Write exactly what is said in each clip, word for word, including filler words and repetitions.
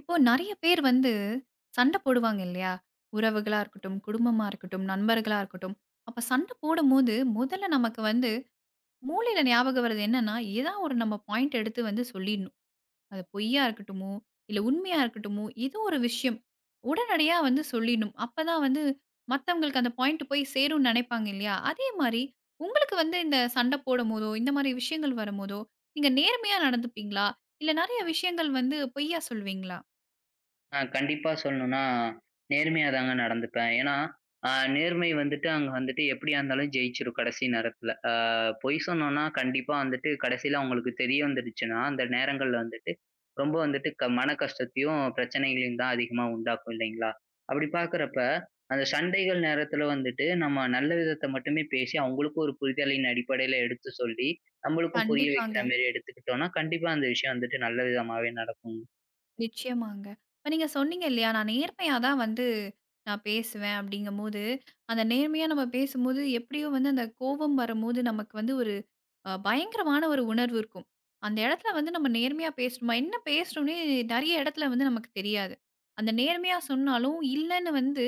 இப்போ நெறைய பேர் வந்து சண்ட போடுவாங்க இல்லையா? உறவுகளா இருக்கட்டும், குடும்பமா இருக்கட்டும், நண்பர்களா இருக்கட்டும். அப்ப சண்ட போடும்போது முதல்ல நமக்கு வந்து மூளையில ஞாபகம் வர்றது என்னன்னா, ஏதா ஒரு நம்ம பாயிண்ட் எடுத்து வந்து சொல்லிடணும். அது பொய்யா இருக்கட்டுமோ, இல்ல உண்மையா இருக்கட்டுமோ, ஏதோ ஒரு விஷயம் உடனடியா வந்து சொல்லிடணும். அப்பதான் வந்து மத்தவங்களுக்கு அந்த பாயிண்ட் போய் சேரும்னு நெனைப்பாங்க இல்லையா? அதே மாரி உங்களுக்கு வந்து இந்த சண்ட போடும்போதோ, இந்த மாரி விஷயங்கள் வரும்போதோ, நீங்க நேர்மையா நடந்துப்பீங்களா? இல்ல நெறைய விஷயங்கள் வந்து பொய்யா சொல்வீங்களா? ஆ கண்டிப்பா சொல்லணும்னா, நேர்மையா தாங்க நடந்துப்பேன். ஏன்னா, அ நேர்மை வந்துட்டு அங்க வந்துட்டு எப்படியா இருந்தாலும் ஜெயிச்சிரும் கடைசி நேரத்துல. அ பொய் சொன்னோம்னா கண்டிப்பா வந்துட்டு கடைசியில அவங்களுக்கு தெரிய வந்துடுச்சுன்னா, அந்த நேரங்கள்ல வந்துட்டு ரொம்ப வந்துட்டு க மன கஷ்டத்தையும், பிரச்சனைகளையும் தான் அதிகமா உண்டாக்கும் இல்லைங்களா? அப்படி பார்க்குறப்ப, அந்த சண்டைகள் நேரத்துல வந்துட்டு நம்ம நல்ல விதத்த மட்டுமே பேசி, அவங்களுக்கும் ஒரு புரிதலின் அடிப்படையில எடுத்து சொல்லி, நம்மளுக்கும் புரிய கண்டிப்பாங்க. வைக்கிற மாரி எடுத்துக்கிட்டோம்னா, கண்டிப்பா அந்த விஷயம் வந்துட்டு நல்ல விதமாவே நடக்கும். நிச்சயமாங்க. இப்ப நீங்க சொன்னீங்க இல்லையா, நான் நேர்மையா தான் வந்து நான் பேசுவேன் அப்படிங்கும்போது, அந்த நேர்மையா நம்ம பேசும்போது எப்படியோ வந்து அந்த கோபம் வரும்போது நமக்கு வந்து ஒரு அ பயங்கரமான ஒரு உணர்வு இருக்கும். அந்த இடத்துல வந்து நம்ம நேர்மையா பேசணுமா? என்ன பேசணும்னே நெறைய இடத்துல வந்து நமக்கு தெரியாது. அந்த நேர்மையா சொன்னாலும் இல்லன்னு வந்து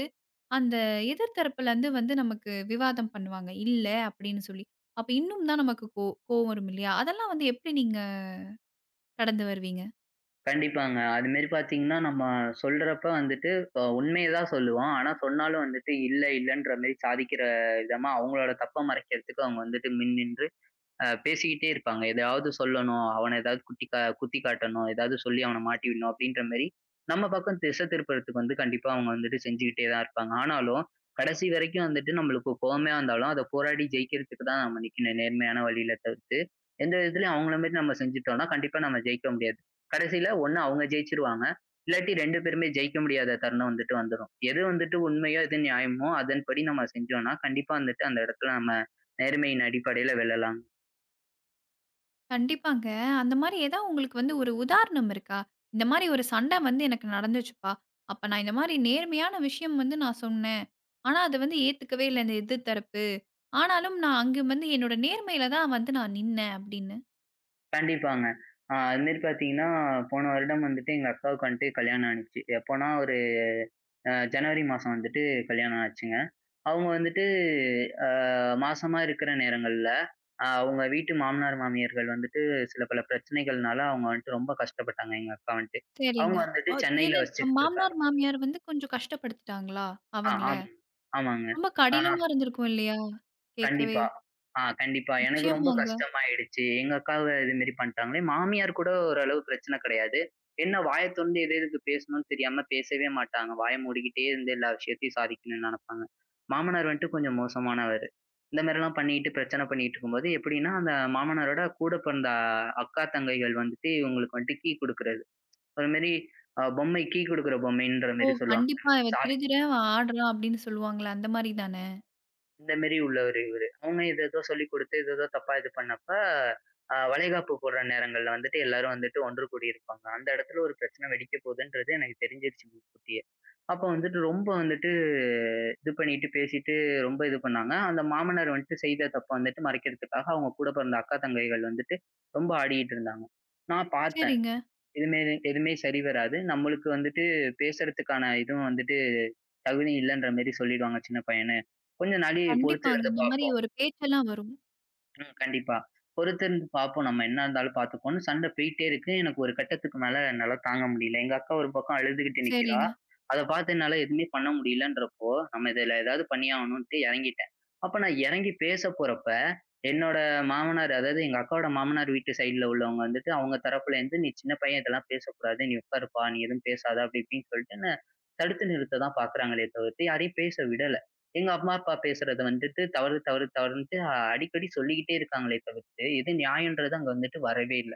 அந்த எதிர் தரப்புலருந்து வந்து நமக்கு விவாதம் பண்ணுவாங்க. இல்ல அப்படின்னு சொல்லி. அப்ப இன்னும் தான் நமக்கு கோ கோவம் வரும் இல்லையா? அதெல்லாம் வந்து எப்படி நீங்க கடந்து வருவீங்க? கண்டிப்பாங்க. அதுமாரி பார்த்தீங்கன்னா, நம்ம சொல்றப்ப வந்துட்டு அ உண்மைய தான் சொல்லுவோம். ஆனா, சொன்னாலும் வந்துட்டு இல்ல, இல்லன்ற மாரி சாதிக்கிற விதமா அவங்களோட தப்ப மறைக்கிறதுக்கு அவங்க வந்துட்டு மின் நின்று அ பேசிக்கிட்டே இருப்பாங்க. எதையாவது சொல்லணும், அவன ஏதாவது குட்டி கா குத்தி காட்டணும், ஏதாவது சொல்லி அவன மாட்டி விடணும் அப்படின்ற மாரி, நம்ம பக்கம் திசை திருப்புறதுக்கு வந்து கண்டிப்பா அவங்க வந்துட்டு செஞ்சுகிட்டே தான் இருப்பாங்க. ஆனாலும், கடைசி வரைக்கும் வந்துட்டு நம்மளுக்கு கோவமே வந்தாலும், அத போராடி ஜெயிக்கிறதுக்கு தான் நம்ம நிக்கணும். நேர்மையான வழியில தவிர்த்து, எந்த விதத்துலயும் அவங்கள மாரி நம்ம செஞ்சுட்டோம்னா, கண்டிப்பா நம்ம ஜெயிக்க முடியாது. கடைசியில ஒண்ணு அவங்க ஜெயிச்சுருவாங்க, இல்லாட்டி ரெண்டு பேருமே ஜெயிக்க முடியாத தருணம் வந்துட்டு வந்துரும். எது வந்துட்டு உண்மையோ, எது நியாயமோ அதன்படி நம்ம செஞ்சோம்னா, கண்டிப்பா வந்துட்டு அந்த இடத்துல நம்ம நேர்மையின் அடிப்படையில வெல்லலாம். கண்டிப்பாங்க. அந்த மாரி ஏதா உங்களுக்கு வந்து ஒரு உதாரணம் இருக்கா? இந்த மாரி ஒரு சண்டை வந்து எனக்கு நடந்துச்சுப்பா. அப்ப நான் இந்த மாரி நேர்மையான விஷயம் வந்து நான் சொன்னேன். ஆனா அத வந்து ஏத்துக்கவே இல்ல இந்த எதிர் தரப்பு. ஆனாலும் நான் அங்க வந்து என்னோட நேர்மையில தான் வந்து நான் நின்னேன் அப்படின்னு. கண்டிப்பாங்க. அ அது மாரி பார்த்தீங்கன்னா, போன வருடம் வந்துட்டு எங்க அக்காவுக்கு வந்துட்டு கல்யாணம் ஆனுச்சு. எப்போனா ஒரு அ ஜனவரி மாசம் வந்துட்டு கல்யாணம் ஆச்சுங்க. அவங்க வந்துட்டு அ மாசமா இருக்கிற நேரங்கள்ல, அ அவங்க வீட்டு மாமனார், மாமியார்கள் வந்துட்டு சில பல பிரச்சனைகள்னால அவங்க வந்துட்டு ரொம்ப கஷ்டப்பட்டாங்க எங்க அக்கா வந்துட்டு. அவங்க சரிங்க. வந்துட்டு அ சென்னையில ஏன்னா வசிச்சுக்கிட்டு இருக்காங்க. மாமனார், மாமியார் வந்து கொஞ்சம் கஷ்டப்படுத்திட்டாங்களா ஆ அவங்கள? ஆமாங்க. ஆமாங்க. ரொம்ப ஆ. கடினமா இருந்திருக்கும் இல்லையா? கேட்கவே. கண்டிப்பா. ஆ கண்டிப்பா. எனக்கு ரொம்ப நிச்சயமாங்க. கஷ்டமாயிடுச்சு. எங்க அக்காவ இது மாரி பண்ட்டாங்களே! மாமியார் கூட ஓரளவு பிரச்சனை கிடையாது. என்ன வாய தொறந்து எது எதுக்கு பேசணும்னு தெரியாம பேசவே மாட்டாங்க. வாய மூடிக்கிட்டே இருந்து எல்லா விஷயத்தையும் சாதிக்கணும்னு நெனப்பாங்க. மாமனார் வந்துட்டு கொஞ்சம் மோசமானவரு. இந்த மாரிலாம் பண்ணிட்டு பிரச்சனை பண்ணிட்டு இருக்கும்போது எப்படின்னா, அந்த மாமனாரோட கூட பிறந்த அக்கா, தங்கைகள் வந்துட்டு இவங்களுக்கு வந்துட்டு கீ குடுக்குறது. அது மாரி அ பொம்மை கீ குடுக்குற பொம்மைன்ற ஓ! மாரி சொல்லுவாங்க. கண்டிப்பா இவ திருதுறேன், அவ ஆடுறான் அப்படின்னு சொல்லுவாங்கல்ல அந்த மாரி தானே? இந்த மாரி உள்ளவரு இவரு. அவங்க எது ஏதோ சொல்லிக் குடுத்து எதேதோ தப்பா இது பண்ணப்ப, அ வளைகாப்பு போடுற நேரங்கள்ல வந்துட்டு எல்லாரும் வந்துட்டு ஒன்று கூடியிருப்பாங்க. அந்த இடத்துல ஒரு பிரச்சனை வெடிக்க போதுன்றது எனக்கு தெரிஞ்சிருச்சு முன்கூட்டியே. அப்ப வந்துட்டு ரொம்ப வந்துட்டு இது பண்ணிட்டு பேசிட்டு ரொம்ப இது பண்ணாங்க. அந்த மாமனார் வந்துட்டு செய்த தப்ப வந்துட்டு மறைக்கிறதுக்காக அவங்க கூட பிறந்த அக்கா, தங்கைகள் வந்துட்டு ரொம்ப ஆடிக்கிட்டு இருந்தாங்க. நான் பார்த்தேன். சரிங்க. இதுமே எதுவுமே சரி வராது. நம்மளுக்கு வந்துட்டு பேசுறதுக்கான இதுவும் வந்துட்டு தகுதி இல்லன்ற மாரி சொல்லிடுவாங்க சின்ன பையனு. கொஞ்ச நாழி கண்டிப்பாங்க. பொறுத்திருந்து இந்த மாரி பாப்போம். ஒரு பேச்செல்லாம் வரும். ம். கண்டிப்பா. பொறுத்திருந்து பார்ப்போம். நம்ம என்ன இருந்தாலும் பார்த்துப்போம்ன்னு சண்டை போயிட்டே இருக்கு. எனக்கு ஒரு கட்டத்துக்கு மேல என்னால தாங்க முடியல. எங்க அக்கா ஒரு பக்கம் அழுதுகிட்டு நிக்கிறா. சரிங்க. அத பார்த்து என்னால எதுவுமே பண்ண முடியலன்றப்போ, நம்ம இதுல ஏதாவது பண்ணியாகணும்ன்ட்டு இறங்கிட்டேன். அப்ப நான் இறங்கி பேச போறப்ப, என்னோட மாமனார் அதாவது எங்க அக்காவோட மாமனார் வீட்டு சைடுல உள்ளவங்க வந்துட்டு, அவங்க தரப்புல இருந்து "நீ சின்ன பையன் இதெல்லாம் பேசக்கூடாது. நீ உட்காருப்பா. நீ எதுவும் பேசாத" அப்படி இப்படின்னு சொல்லிட்டு என்ன தடுத்து நிறுத்த தான் பார்க்குறாங்களே தவிர்த்து, யாரையும் பேச விடல. எங்க அம்மா, அப்பா பேசுறது வந்துட்டு தவறு, தவறு, தவறுன்ட்டு அ- அடிக்கடி சொல்லிக்கிட்டே இருக்காங்களே தவிர்த்து, எது நியாயம்ன்றது அங்க வந்துட்டு வரவே இல்ல.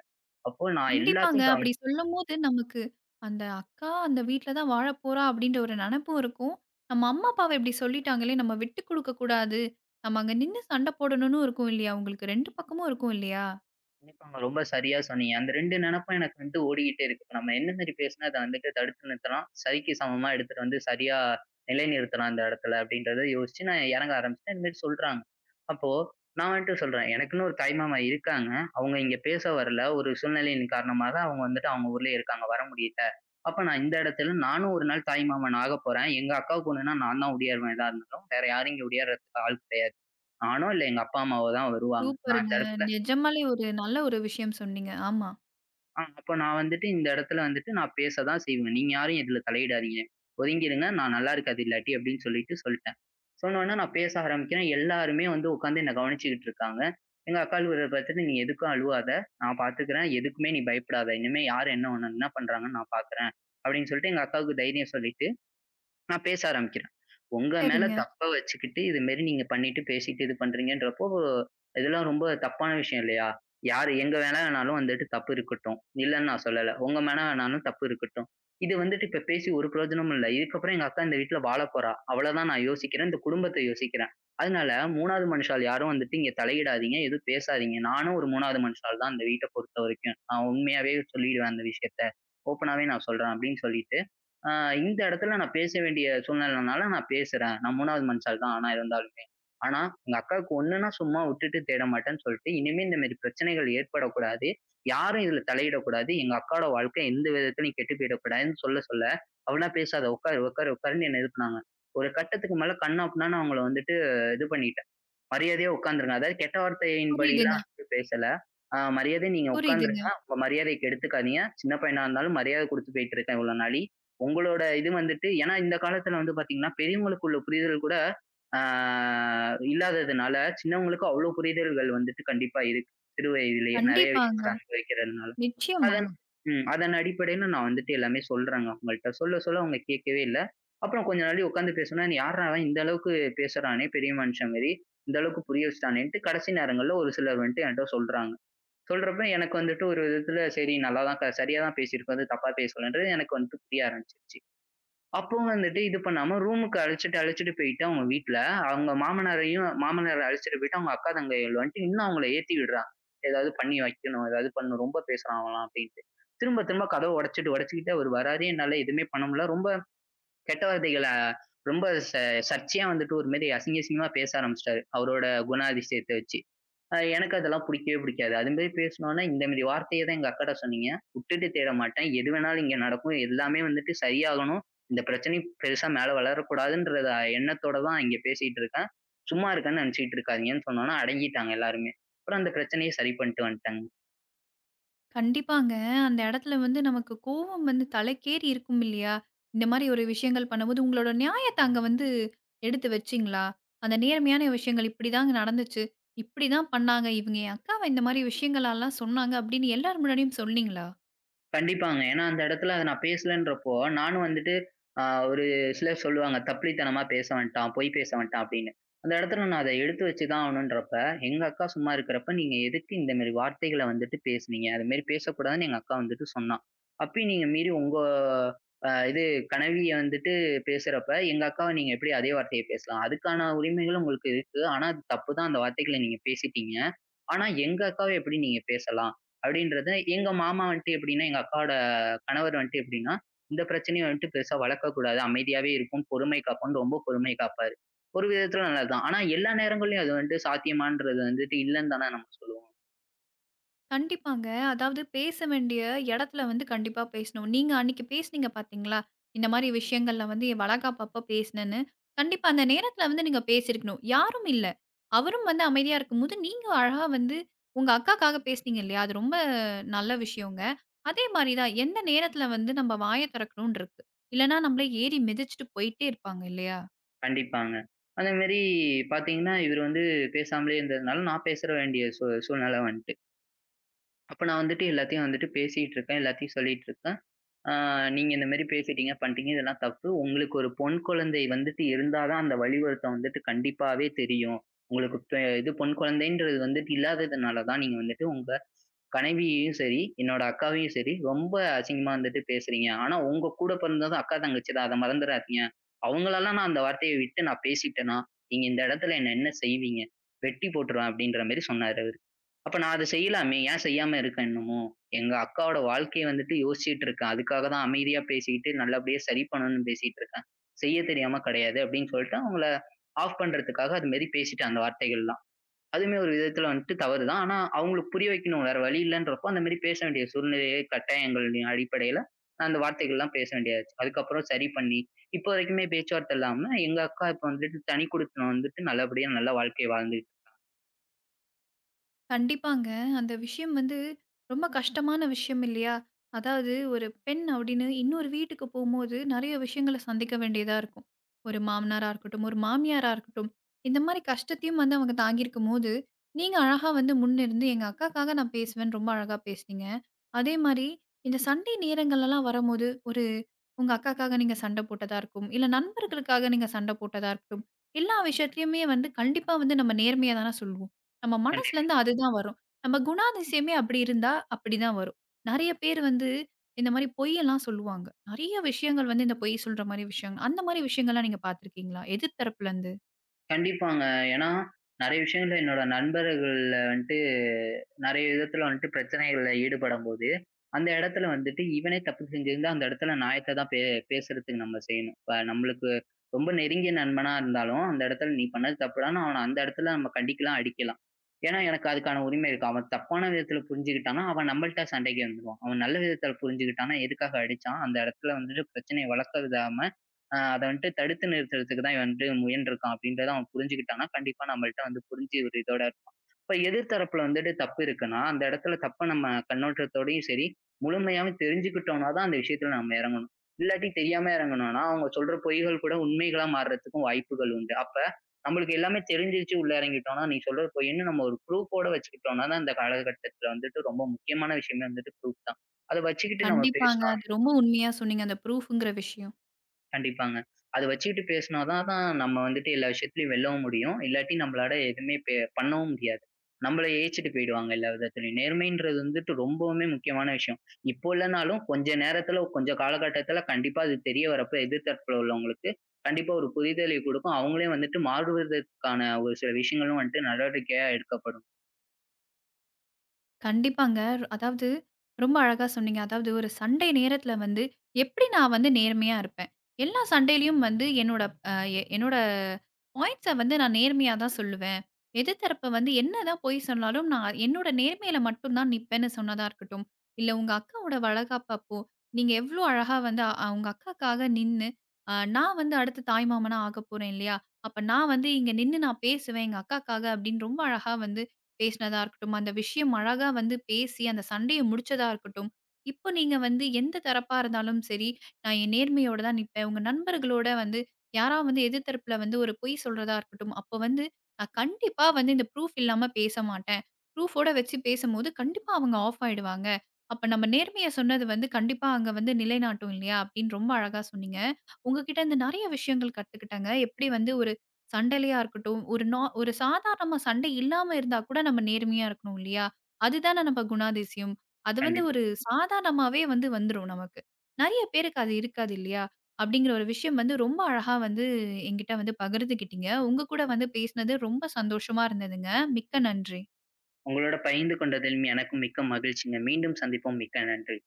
அப்போ நான் கண்டிப்பாங்க. எல்லாத்தையும் சரி. கவ அப்படி சொல்லும்போது நமக்கு அந்த அக்கா அந்த வீட்ல தான் வாழப்போறா அப்படின்ற ஒரு நெனப்பும் இருக்கும். நம்ம அம்மா, அப்பாவ இப்படி சொல்லிட்டாங்களே நம்ம விட்டு குடுக்க கூடாது. நம்ம அங்க நின்னு சண்ட போடணும்னு இருக்கும் இல்லையா? உங்களுக்கு ரெண்டு பக்கமும் இருக்கும் இல்லையா? கண்டிப்பாங்க. ரொம்ப சரியா சொன்னீங்க. அந்த ரெண்டு நெனப்பும் எனக்கு வந்து ஓடிக்கிட்டே இருக்கு. இப்ப நம்ம என்ன மாரி பேசினா அத வந்துட்டு தடுத்து நிறுத்தலாம். சரிக்கு சமமா எடுத்துட்டு வந்து சரியா நிலைநிறுத்தலாம் இந்த இடத்துல அப்படின்றத யோசிச்சு நான் இறங்க ஆரம்பிச்சுட்டேன். இந்த மாரி சொல்றாங்க. அப்போ நான் வந்துட்டு சொல்றேன், எனக்குன்னு ஒரு தாய்மாமா இருக்காங்க. அவங்க இங்க பேச வரல. ஒரு சூழ்நிலையின் காரணமாக அவங்க வந்துட்டு அவங்க ஊர்லயே இருக்காங்க. வர முடியல. அப்ப நான் இந்த இடத்துல நானும் ஒரு நாள் தாய்மாமன் ஆகப் போறேன். எங்க அக்கா பொண்ணுன்னா நான் தான் ஒடியாருவேன் எதா இருந்தாலும். வேற யாரும் இங்க ஒடியார்றதுக்கு ஆள் கிடையாது. நானோ இல்ல எங்க அப்பா அம்மாவோ தான் வருவாங்க. நான் சூப்பருங்க. இந்த இடத்துல நிஜமாலே ஒரு நல்ல ஒரு விஷயம் சொன்னீங்க. ஆமா. ஆ அப்ப நான் வந்துட்டு இந்த இடத்துல வந்துட்டு நான் பேச தான் செய்வேன். நீங்க யாரும் இதுல தலையிடாதீங்க. ஒதுங்கிருங்க. நான் நல்லா இருக்காது இல்லாட்டி அப்படின்னு சொல்லிட்டு சொல்லிட்டேன். சொன்னோனே நான் பேச ஆரம்பிக்கிறேன். எல்லாருமே வந்து உட்கார்ந்து என்ன கவனிச்சுக்கிட்டு இருக்காங்க. எங்க அக்கா அழுவுறத பார்த்துட்டு, "நீ எதுக்கும் அழுவாத. நான் பார்த்துக்கிறேன். எதுக்குமே நீ பயப்படாத. இனிமே யார் என்ன உன்ன என்ன பண்றாங்கன்னு நான் பார்க்குறேன்." அப்படின்னு சொல்லிட்டு எங்க அக்காவுக்கு தைரியம் சொல்லிட்டு நான் பேச ஆரம்பிக்கிறேன். உங்க மேல சரிங்க. தப்ப வச்சுக்கிட்டு, இது மாரி நீங்க பண்ணிட்டு, பேசிட்டு இது பண்றீங்கன்றப்போ, இதெல்லாம் ரொம்ப தப்பான விஷயம் இல்லையா? யாரு எங்க வேணா வேணாலும் வந்துட்டு தப்பு இருக்கட்டும். இல்லன்னு நான் சொல்லல. உங்க மேல வேணாலும் தப்பு இருக்கட்டும். இது வந்துட்டு இப்ப பேசி ஒரு பிரயோஜனமும் இல்ல. இதுக்கப்புறம் எங்க அக்கா இந்த வீட்ல வாழப் போறா. அவ்வளதான் நான் யோசிக்கிறேன். இந்த குடும்பத்த யோசிக்கிறேன். அதனால மூணாவது மனுஷாள் யாரும் வந்துட்டு இங்க தலையிடாதீங்க. எதுவும் பேசாதீங்க. நானும் ஒரு மூணாவது மனுஷாள் தான் இந்த வீட்ட பொறுத்தவரைக்கும். நான் உண்மையாவே சொல்லிருவேன் அந்த விஷயத்த. ஓப்பனாவே நான் சொல்றேன் அப்படின்னு சொல்லிட்டேன். ஆ இந்த இடத்துல நான் பேச வேண்டிய சூழ்நிலைனால நான் பேசுறேன். நான் மூன்றாவது மனுஷாள் தான் ஆனா இருந்தாலுமே. ஆனா, எங்க அக்காவுக்கு ஒண்ணுன்னா சும்மா விட்டுட்டு தேட மாட்டேன்னு சொல்லிட்டு, இனிமே இந்த மாரி பிரச்சனைகள் ஏற்படக்கூடாது. யாரும் இதுல தலையிடக்கூடாது. எங்க அக்காவோட வாழ்க்கை எந்த விதத்திலயும் கெட்டு போயிடக்கூடாதுன்னு சொல்ல, சொல்ல "அவளலாம் பேசாத உட்காரு, உட்காரு, உட்காருன்னு" என்ன இது பண்ணாங்க. ஒரு கட்டத்துக்கு மேல கண்ணாப்புண்ணான்னு அவங்கள வந்துட்டு இது பண்ணிட்டேன். மரியாதையா உட்கார்ந்துருங்க. அதாவது கெட்ட வார்த்தையின் புரியுதுங்க, படிலாம் வந்து பேசல. ஆ மரியாதையா நீங்க புரியுதுங்க. உட்கார்ந்துருங்க. உங்க மரியாதைய கெடுத்துக்காதீங்க. சின்ன பையனா இருந்தாலும் மரியாதை குடுத்து போயிட்டுருக்கேன் இவ்வளோ நாழி. உங்களோட இது வந்துட்டு ஏன்னா இந்த காலத்துல வந்து பார்த்தீங்கன்னா, பெரியவங்களுக்குள்ள புரிதல் கூட ஆ இல்லாததுனால, சின்னவங்களுக்கு அவ்ளோ புரிதல்கள் வந்துட்டு கண்டிப்பா இருக்கு. சிறு வயதிலேயே நெறைய கண்டிப்பாங்க. விஷயங்கள் அனுபவிக்கிறதுனால. நிச்சயமா. அதன் ம். அதன் அடிப்படையில நான் வந்துட்டு எல்லாமே சொல்றேங்க அவங்கள்ட்ட. சொல்ல, சொல்ல அவங்க கேட்கவே இல்ல. அப்புறம் கொஞ்ச நாழி உட்காந்து பேசுனேன். "நீ யார்றா அவன்? இந்த அளவுக்கு பேசுறானே! பெரிய மனுஷன் மாரி. இந்த அளவுக்கு புரிய வச்சுட்டானேன்ட்டு" கடைசி நேரங்கள்ல ஒரு சிலர் வந்துட்டு என்ட்ட சொல்றாங்க. சொல்றப்ப எனக்கு வந்துட்டு ஒரு விதத்துல சரி நல்லா தான் சரியா தான் பேசியிருக்கோம். எதுவும் தப்பா பேசலன்றது எனக்கு வந்துட்டு புரிய ஆரம்பிச்சுருச்சு. அப்போ வந்துட்டு இது பண்ணாம ரூமுக்கு அழைச்சுட்டு, அழைச்சுட்டு போயிட்டு அவங்க வீட்ல, அவங்க மாமனாரையும் மாமனார அழைச்சுட்டு போயிட்டு அவங்க அக்கா, தங்கைகள் வந்துட்டு இன்னும் அவங்கள ஏத்தி விடுறாங்க. ஏதாவது பண்ணி வைக்கணும், ஏதாவது பண்ணணும் ரொம்ப பேசுறான் அவன்லாம் அப்டின்ட்டு. திரும்ப திரும்ப கதவ உடைச்சுட்டு, உடைச்சுக்கிட்டு அவரு வராரு. என்னால எதுவுமே பண்ண முடியல. ரொம்ப கெட்ட வார்த்தைகள ரொம்ப ச சர்ச்சையா வந்துட்டு ஒரு மாரி அசிங்க, அசிங்கமா பேச ஆரம்பிச்சுட்டாரு. அவரோட குணாதிசயத்த வச்சு. அ எனக்கு அதெல்லாம் புடிக்கவே புடிக்காது. அது மாரி பேசுனோனே, இந்த மாரி வார்த்தைய தான் எங்க அக்காட்ட சொன்னீங்க. "விட்டுட்டு தேட மாட்டேன். எது வேணாலும் இங்க நடக்கும். எல்லாமே வந்துட்டு சரியாகணும். இந்த பிரச்சனை பெருசா மேல வளரக்கூடாதுன்ற எண்ணத்தோட தான் இங்க பேசிட்டு இருக்கேன். சும்மா இருக்கேன்னு நெனச்சுக்கிட்டு இருக்காதீங்கன்னு" சொன்னோனே, அடங்கிட்டாங்க எல்லாருமே. அப்புறம் அந்த பிரச்சனைய சரி பண்ணிட்டு வந்துட்டாங்க. கண்டிப்பாங்க. அந்த இடத்துல வந்து நமக்கு கோவம் வந்து தலைக்கேறி இருக்கும் இல்லையா? இந்த மாரி ஒரு விஷயங்கள் பண்ணும்போது உங்களோட நியாயத்த அங்க வந்து எடுத்து வச்சீங்களா? அந்த நேர்மையான விஷயங்கள் இப்படிதாங்க நடந்துச்சு. இப்படிதான் பண்ணாங்க. இவங்க என் அக்காவ இந்த மாரி விஷயங்களலாம் சொன்னாங்க அப்படின்னு எல்லார் முன்னாடியும் சொன்னீங்களா? கண்டிப்பாங்க. ஏன்னா அந்த இடத்துல அத நான் பேசலன்றப்போ, நானும் வந்துட்டு அ ஒரு சிலர் சொல்லுவாங்க, "தப்பிலித்தனமா பேச வேண்டாம், பொய் பேச வேண்டாம்" அப்படின்னு. அந்த இடத்துல நான் அத எடுத்து வச்சு தான் ஆகணுன்றப்ப, எங்க அக்கா சும்மா இருக்கிறப்ப, "நீங்க எதுக்கு இந்த மாரி வார்த்தைகள வந்துட்டு பேசுனீங்க? அது மாரி பேசக்கூடாதுன்னு" எங்க அக்கா வந்துட்டு சொன்னா. அப்பயும் நீங்க மீறி உங்க அ இது கனவிய வந்துட்டு பேசுறப்ப, எங்க அக்காவ நீங்க எப்படி அதே வார்த்தைய பேசலாம்? அதுக்கான உரிமைகள் உங்களுக்கு இருக்கு. ஆனா அது தப்பு தான் அந்த வார்த்தைகள நீங்க பேசிட்டீங்க. ஆனா எங்க அக்காவ எப்படி நீங்க பேசலாம்? அப்படின்றது எங்க மாமா வந்துட்டு எப்படின்னா, எங்க அக்காவோட கணவர் வந்துட்டு எப்படின்னா, இந்த பிரச்சனைய வந்துட்டு பெருசா வளர்க்கக்கூடாது. அமைதியாவே இருக்கும். பொறுமை காப்போம்ன்னு ரொம்ப பொறுமை காப்பாரு. ஒரு விதத்துல நல்லதுதான். ஆனா எல்லா நேரங்கள்லயும் அது வந்துட்டு சாத்தியமான்றது வந்துட்டு இல்லன்னு தானே நம்ம சொல்லுவோம். கண்டிப்பாங்க. அதாவது பேச வேண்டிய இடத்துல வந்து கண்டிப்பா பேசணும். நீங்க அன்னைக்கு பேசுனீங்க பார்த்தீங்களா? இந்த மாரி விஷயங்கள்ல வந்து என் வளகாப்பு அப்ப பேசினேன்னு. கண்டிப்பா அந்த நேரத்துல வந்து நீங்க பேசியிருக்கணும். யாரும் இல்ல. அவரும் வந்து அமைதியா இருக்கும்போது, நீங்க அழகா வந்து உங்க அக்காக்காக பேசுனீங்க இல்லையா? அது ரொம்ப நல்ல விஷயங்க. அதே மாரி தான் எந்த நேரத்துல வந்து நம்ம வாய திறக்கணும்னு இருக்கு. இல்லன்னா நம்மள ஏறி மிதிச்சுட்டு போயிட்டே இருப்பாங்க இல்லையா? கண்டிப்பாங்க. அதே மாரி பார்த்தீங்கன்னா, இவரு வந்து பேசாமலே இருந்ததுனால நான் பேசற வேண்டிய சூ சூழ்நிலை வந்துட்டு. அப்ப நான் வந்துட்டு எல்லாத்தையும் வந்துட்டு பேசிட்டு இருக்கேன். எல்லாத்தையும் சொல்லிட்டு இருக்கேன். ஆ நீங்க இந்த மாரி பேசிட்டீங்க, பண்ட்டீங்க. இதெல்லாம் தப்பு. உங்களுக்கு ஒரு பொன் குழந்தை வந்துட்டு இருந்தா தான் அந்த வழி வருத்தம் வந்துட்டு கண்டிப்பாவே தெரியும். உங்களுக்கு பெ இது பொன் குழந்தைன்றது வந்துட்டு இல்லாததுனால தான் நீங்க வந்துட்டு உங்க கனைவியையும் சரி, என்னோட அக்காவையும் சரி, ரொம்ப அசிங்கமா வந்துட்டு பேசுறீங்க. ஆனா உங்க கூட பிறந்ததும் அக்கா, தங்கச்சி தான். அத மறந்துறாதீங்க. அவங்களலாம் நான் அந்த வார்த்தைய விட்டு நான் பேசிட்டேன்னா, நீங்க இந்த இடத்துல என்ன என்ன செய்வீங்க? வெட்டி போட்டுருவேன் அப்படின்ற மாரி சொன்னாரு அவரு. அப்ப நான் அத செய்யலாமே! ஏன் செய்யாம இருக்கேன் இன்னமும்? எங்க அக்காவோட வாழ்க்கைய வந்துட்டு யோசிச்சுட்டு இருக்கேன். அதுக்காக தான் அமைதியா பேசிக்கிட்டு, நல்லபடியா சரி பண்ணணும்னு பேசிட்டு இருக்கேன். செய்ய தெரியாம கிடையாது அப்படின்னு சொல்லிட்டு அவங்கள ஆஃப் பண்றதுக்காக அது மாரி பேசிட்டேன் அந்த வார்த்தைகள்லாம். அதுவுமே ஒரு விதத்துல வந்துட்டு தவறு தான். ஆனா அவங்களுக்கு புரிய வைக்கணும். வேற வழி இல்லன்றப்போ, அந்த மாரி பேச வேண்டிய சூழ்நிலையை கட்டாயங்களின் அடிப்படையில நான் அந்த வார்த்தைகள்லாம் பேச வேண்டியாச்சு. அதுக்கப்புறம் சரி பண்ணி, இப்போ வரைக்குமே பேச்சுவார்த்தை இல்லாம எங்க அக்கா இப்ப வந்துட்டு தனி குடித்தனம் வந்துட்டு நல்லபடியா நல்ல வாழ்க்கை வாழ்ந்துட்டு கண்டிப்பாங்க. அந்த விஷயம் வந்து ரொம்ப கஷ்டமான விஷயம் இல்லையா? அதாவது ஒரு பெண் அப்படின்னு இன்னொரு வீட்டுக்கு போம்போது நெறைய விஷயங்கள சந்திக்க வேண்டியதா இருக்கும். ஒரு மாமனாரா இருக்கட்டும், ஒரு மாமியாரா இருக்கட்டும். இந்த மாரி கஷ்டத்தையும் வந்து அவங்க தாங்கியிருக்கும்போது, நீங்க அழகா வந்து முன்னிருந்து எங்க அக்காக்காக நான் பேசுவேன்னு ரொம்ப அழகா பேசுனீங்க. அதே மாரி இந்த சண்டை நேரங்கள்லலாம் வரும்போது, ஒரு உங்க அக்காக்காக நீங்க சண்ட போட்டதா இருக்கும். இல்ல நண்பர்களுக்காக நீங்க சண்ட போட்டதா இருக்கட்டும். எல்லா விஷயத்துலயுமே வந்து கண்டிப்பா வந்து நம்ம நேர்மையா தான சொல்வோம். நம்ம மனசுலேருந்து அதுதான் வரும். நம்ம குணாதிசயமே அப்படி இருந்தா, அப்படிதான் வரும். நெறைய பேர் வந்து இந்த மாரி பொய்யெல்லாம் சொல்லுவாங்க. நெறைய விஷயங்கள் வந்து இந்த பொய் சொல்ற மாரி விஷயங்க. அந்த மாரி விஷயங்கள்லாம் நீங்க பார்த்துருக்கீங்களா? எதிர் தரப்புலருந்து? கண்டிப்பாங்க. ஏன்னா, நெறைய விஷயங்கள்ல என்னோட நண்பர்கள்ல வந்துட்டு நெறைய விதத்துல வந்துட்டு பிரச்சனைகள்ல ஈடுபடும்போது, அந்த இடத்துல வந்துட்டு இவனே தப்பு செஞ்சிருந்தா, அந்த இடத்துல நியாயத்த தான் பே பேசுறதுக்கு நம்ம செய்யணும். இப்ப நம்மளுக்கு ரொம்ப நெருங்கிய நண்பனா இருந்தாலும், அந்த இடத்துல நீ பண்ணது தப்புடான்னு அவன அந்த இடத்துல நம்ம கண்டிக்கலாம், அடிக்கலாம். ஏன்னா எனக்கு அதுக்கான உரிமை இருக்கு. அவன் தப்பான விதத்துல புரிஞ்சுக்கிட்டான்னா, அவன் நம்மள்ட்ட சண்டைக்கு வந்துருவான். அவன் நல்ல விதத்துல புரிஞ்சுக்கிட்டான்னா, எதுக்காக அடிச்சான்? அந்த இடத்துல வந்துட்டு பிரச்சனைய வளர்க்க விடாம அ அத வந்துட்டு தடுத்து நிறுத்துறதுக்கு தான் இவன் வந்துட்டு முயன்றுருக்கான் அப்படின்றத அவன் புரிஞ்சுக்கிட்டான்னா, கண்டிப்பா நம்மள்ட்ட வந்து புரிஞ்சு ஒரு இதோட இருப்பான். இப்ப எதிர் தரப்புல வந்துட்டு தப்பு இருக்குன்னா, அந்த இடத்துல தப்ப நம்ம கண்ணோட்டத்தோடயும் சரி, முழுமையாவும் தெரிஞ்சுக்கிட்டோம்னா தான் அந்த விஷயத்துல நம்ம இறங்கணும். இல்லாட்டி தெரியாம இறங்குனோம்னா, அவங்க சொல்ற பொய்கள் கூட உண்மைகளா மாறுறதுக்கும் வாய்ப்புகள் உண்டு. அப்ப நம்மளுக்கு எல்லாமே தெரிஞ்சிருச்சு உள்ள இறங்கிட்டோம்னா, நீ சொல்றது பொய்ன்னு நம்ம ஒரு ப்ரூஃப்போட வச்சுக்கிட்டோம்னா தான், இந்த காலகட்டத்துல வந்துட்டு ரொம்ப முக்கியமான விஷயமே வந்துட்டு ப்ரூஃப் தான். அத வச்சுக்கிட்டு நம்ம கண்டிப்பாங்க. பேசினோம்னா அது ரொம்ப உண்மையா சொன்னீங்க. அந்த ப்ரூஃப்ங்கிற விஷயம். கண்டிப்பாங்க. அத வச்சுக்கிட்டு பேசினா தான் தான் நம்ம வந்துட்டு எல்லா விஷயத்துலயும் வெல்லவும் முடியும். இல்லாட்டி நம்மளால எதுவுமே பெ பண்ணவும் முடியாது. நம்மள எயிச்சுட்டு போயிடுவாங்க எல்லா விதத்துலயும். நேர்மைன்றது வந்துட்டு ரொம்பவுமே முக்கியமான விஷயம். இப்போ இல்லனாலும் கொஞ்ச நேரத்துல, கொஞ்ச காலகட்டத்துல கண்டிப்பா அது தெரிய வரப்ப எதிர் தரப்புல உள்ளவங்களுக்கு கண்டிப்பா ஒரு புரிதலை கொடுக்கும். அவங்களே வந்துட்டு மாறுவதற்கான ஒரு சில விஷயங்களும் வந்துட்டு நடவடிக்கையா எடுக்கப்படும். கண்டிப்பாங்க. அதாவது ரொம்ப அழகா சொன்னீங்க. அதாவது ஒரு சண்டை நேரத்தில வந்து எப்படி நான் வந்து நேர்மையா இருப்பேன். எல்லா சண்டையிலயும் வந்து என்னோட அ என்னோட பாயிண்ட்ஸ வந்து நான் நேர்மையா தான் சொல்லுவேன். எதிர்த்தரப்ப வந்து என்னதான் பொய் சொன்னாலும் நான் என்னோட நேர்மையில மட்டும் தான் நிப்பேன்னு சொன்னதா இருக்கட்டும், இல்ல உங்க அக்காவோட வளகாப்பு அப்போ நீங்க எவ்ளோ அழகா வந்து அ உங்க அக்காக்காக நின்னு, அ நான் வந்து அடுத்து தாய் மாமனா ஆகப்போறேன் இல்லையா? அப்ப நான் வந்து இங்க நின்னு நான் பேசுவேன் எங்க அக்காக்காக அப்படின்னு ரொம்ப அழகா வந்து பேசினதா இருக்கட்டும், அந்த விஷயம் அழகா வந்து பேசி அந்த சண்டைய முடிச்சதா இருக்கட்டும், இப்போ நீங்க வந்து எந்த தரப்பா இருந்தாலும் சரி, நான் என் நேர்மையோட தான் நிப்பேன். உங்க நண்பர்களோட வந்து யாரா வந்து எதிர் தரப்புல வந்து ஒரு பொய் சொல்றதா இருக்கட்டும், அப்போ வந்து நான் கண்டிப்பா வந்து இந்த ப்ரூஃப் இல்லாம பேச மாட்டேன். ப்ரூஃபோட வச்சு பேசும்போது கண்டிப்பா அவங்க ஆஃப் ஆயிடுவாங்க. அப்ப நம்ம நேர்மைய சொன்னது வந்து கண்டிப்பா அங்க வந்து நிலைநாட்டும் இல்லையா? அப்படின்னு ரொம்ப அழகா சொன்னீங்க. உங்ககிட்ட இருந்து நெறைய விஷயங்கள் கத்துக்கிட்டேங்க. எப்படி வந்து ஒரு சண்டையிலயா இருக்கட்டும், ஒரு நா ஒரு சாதாரணமா சண்டை இல்லாம இருந்தா கூட நம்ம நேர்மையா இருக்கணும் இல்லையா? அதுதானே நம்ம குணாதிசயம். அது வந்து கண்டிப்பா. ஒரு சாதாரணமாவே வந்து வந்துரும் நமக்கு. நெறைய பேருக்கு அது இருக்காது இல்லையா? அப்படிங்கிற ஒரு விஷயம் வந்து ரொம்ப அழகா வந்து என்கிட்ட வந்து பகிர்ந்துக்கிட்டீங்க. உங்க கூட வந்து பேசினது ரொம்ப சந்தோஷமா இருந்ததுங்க. மிக்க நன்றி. உங்களோட பகிர்ந்து கொண்டதில் எனக்கும் மிக்க மகிழ்ச்சிங்க. மீண்டும் சந்திப்போம். மிக்க நன்றி.